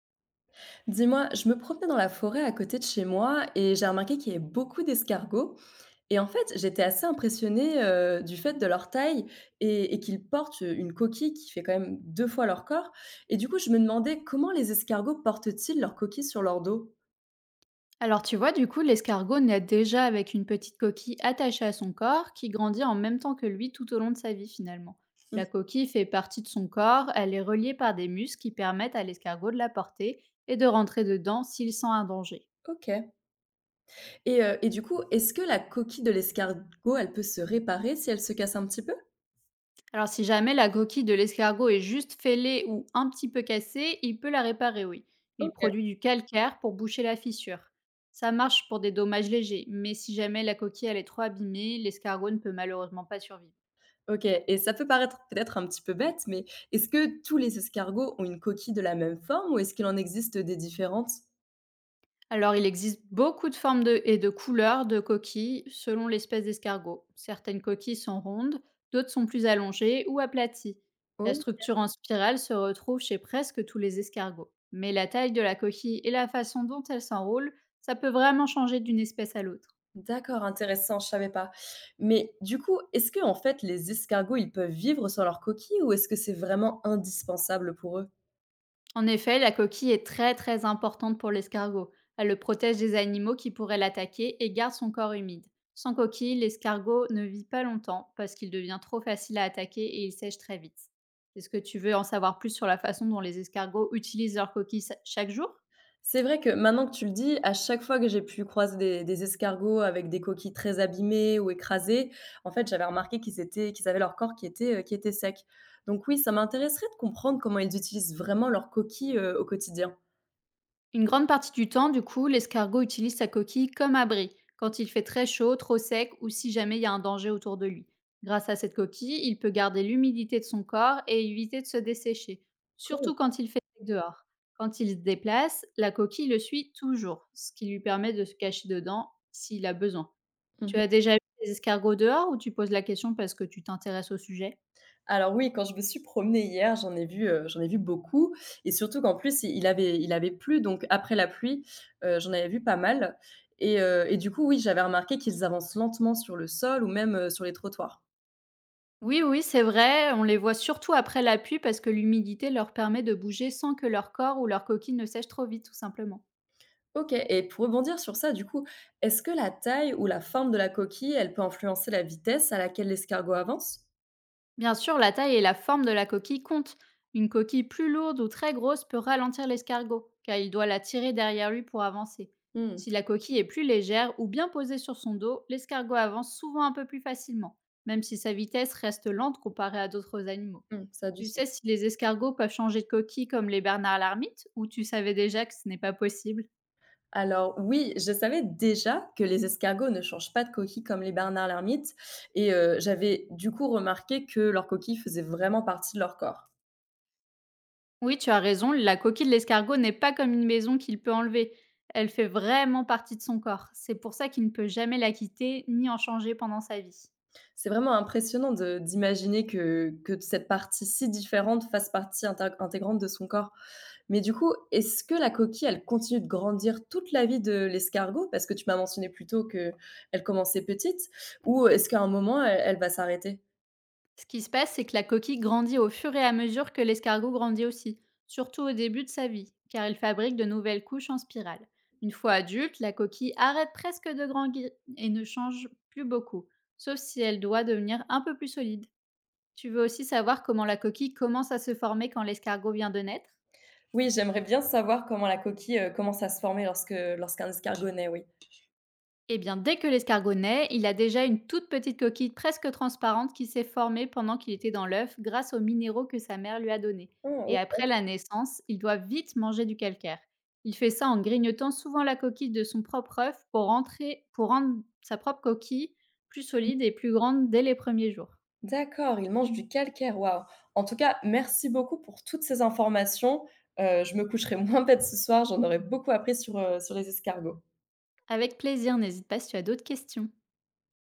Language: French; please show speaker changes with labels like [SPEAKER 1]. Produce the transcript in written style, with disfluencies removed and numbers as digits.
[SPEAKER 1] Dis-moi, je me promenais dans la forêt à côté de chez moi et j'ai remarqué qu'il y avait beaucoup d'escargots. Et en fait, j'étais assez impressionnée du fait de leur taille et qu'ils portent une coquille qui fait quand même deux fois leur corps. Et du coup, je me demandais comment les escargots portent-ils leur coquille sur leur dos?
[SPEAKER 2] Alors tu vois, du coup, l'escargot naît déjà avec une petite coquille attachée à son corps qui grandit en même temps que lui tout au long de sa vie finalement.
[SPEAKER 1] Hmm.
[SPEAKER 2] La coquille fait partie de son corps, elle est reliée par des muscles qui permettent à l'escargot de la porter et de rentrer dedans s'il sent un danger.
[SPEAKER 1] Ok. Et du coup, est-ce que la coquille de l'escargot, elle peut se réparer si elle se casse un petit peu?
[SPEAKER 2] Alors si jamais la coquille de l'escargot est juste fêlée ou un petit peu cassée, il peut la réparer, oui. Il
[SPEAKER 1] Ok.
[SPEAKER 2] produit du calcaire pour boucher la fissure. Ça marche pour des dommages légers, mais si jamais la coquille elle est trop abîmée, l'escargot ne peut malheureusement pas survivre.
[SPEAKER 1] Ok. Et ça peut paraître peut-être un petit peu bête, mais est-ce que tous les escargots ont une coquille de la même forme ou est-ce qu'il en existe des différentes?
[SPEAKER 2] Alors, il existe beaucoup et de couleurs de coquilles selon l'espèce d'escargot. Certaines coquilles sont rondes, d'autres sont plus allongées ou aplaties. La
[SPEAKER 1] Oh,
[SPEAKER 2] structure en spirale se retrouve chez presque tous les escargots. Mais la taille de la coquille et la façon dont elle s'enroule, ça peut vraiment changer d'une espèce à l'autre.
[SPEAKER 1] d'accord, intéressant, je savais pas. Mais du coup, est-ce que en fait les escargots, ils peuvent vivre sans leur coquille ou est-ce que c'est vraiment indispensable pour eux?
[SPEAKER 2] En effet, la coquille est très très importante pour l'escargot. Elle le protège des animaux qui pourraient l'attaquer et garde son corps humide. Sans coquille, l'escargot ne vit pas longtemps parce qu'il devient trop facile à attaquer et il sèche très vite. Est-ce que tu veux en savoir plus sur la façon dont les escargots utilisent leur chaque jour?
[SPEAKER 1] C'est vrai que maintenant que tu le dis, à chaque fois que j'ai pu croiser des escargots avec des coquilles très abîmées ou écrasées, en fait, j'avais remarqué qu'ils étaient, qu'ils avaient leur corps qui était sec. Donc oui, ça m'intéresserait de comprendre comment ils utilisent vraiment leur coquille, au quotidien.
[SPEAKER 2] Une grande partie du temps, du coup, l'escargot utilise sa coquille comme abri, quand il fait très chaud, trop sec ou si jamais il y a un danger autour de lui. Grâce à cette coquille, il peut garder l'humidité de son corps et éviter de se dessécher, surtout quand il fait sec dehors. Quand il se déplace, la coquille le suit toujours, ce qui lui permet de se cacher dedans s'il a besoin.
[SPEAKER 1] Cool.
[SPEAKER 2] Tu as déjà vu des escargots dehors ou tu poses la question parce que tu t'intéresses au sujet?
[SPEAKER 1] Alors oui, quand je me suis promenée hier, j'en ai vu beaucoup et surtout qu'en plus, il avait plu, donc après la pluie, j'en avais vu pas mal et du coup, oui, j'avais remarqué qu'ils avancent lentement sur le sol ou même, sur les trottoirs.
[SPEAKER 2] Oui, oui, c'est vrai, on les voit surtout après la pluie parce que l'humidité leur permet de bouger sans que leur corps ou leur coquille ne sèche trop vite, tout simplement.
[SPEAKER 1] OK, et pour rebondir sur ça, du coup, est-ce que la taille ou la forme de la coquille, elle peut influencer la vitesse à laquelle l'escargot avance?
[SPEAKER 2] Bien sûr, la taille et la forme de la coquille comptent. Une coquille plus lourde ou très grosse peut ralentir l'escargot, car il doit la tirer derrière lui pour avancer.
[SPEAKER 1] Mmh.
[SPEAKER 2] Si la coquille est plus légère ou bien posée sur son dos, l'escargot avance souvent un peu plus facilement, même si sa vitesse reste lente comparée à d'autres animaux.
[SPEAKER 1] Mmh, ça a du
[SPEAKER 2] Tu sais
[SPEAKER 1] sens.
[SPEAKER 2] si les escargots peuvent changer de coquille comme les bernards l'ermite, ou tu savais déjà que ce n'est pas possible?
[SPEAKER 1] Alors oui, je savais déjà que les escargots ne changent pas de coquille comme les bernard l'ermite et j'avais du coup remarqué que leur coquille faisait vraiment partie de leur corps.
[SPEAKER 2] Oui, tu as raison, la coquille de l'escargot n'est pas comme une maison qu'il peut enlever. Elle fait vraiment partie de son corps. C'est pour ça qu'il ne peut jamais la quitter ni en changer pendant sa vie.
[SPEAKER 1] C'est vraiment impressionnant de d'imaginer que cette partie si différente fasse partie intégrante de son corps. Mais du coup, est-ce que la coquille, elle continue de grandir toute la vie de l'escargot? Parce que tu m'as mentionné plus tôt qu'elle commençait petite ou est-ce qu'à un moment, elle va s'arrêter?
[SPEAKER 2] Ce qui se passe, c'est que la coquille grandit au fur et à mesure que l'escargot grandit aussi, surtout au début de sa vie, car il fabrique de nouvelles couches en spirale. Une fois adulte, la coquille arrête presque de grandir et ne change plus beaucoup, sauf si elle doit devenir un peu plus solide. Tu veux aussi savoir comment la coquille commence à se former quand l'escargot vient de naître?
[SPEAKER 1] Oui, j'aimerais bien savoir comment la coquille, commence à se former lorsque lorsqu'un escargot naît, oui.
[SPEAKER 2] Eh bien, dès que l'escargot naît, il a déjà une toute petite coquille presque transparente qui s'est formée pendant qu'il était dans l'œuf grâce aux minéraux que sa mère lui a donnés.
[SPEAKER 1] Ah
[SPEAKER 2] Et
[SPEAKER 1] o
[SPEAKER 2] après la naissance, il doit vite manger du calcaire. Il fait ça en grignotant souvent la coquille de son propre œuf pour rendre sa propre coquille plus solide et plus grande dès les premiers jours.
[SPEAKER 1] D'accord, il mange du calcaire, waouh! En tout cas, merci beaucoup pour toutes ces informations, je me coucherai moins bête ce soir, j'en aurais beaucoup appris sur, sur les escargots.
[SPEAKER 2] Avec plaisir, n'hésite pas si tu as d'autres questions.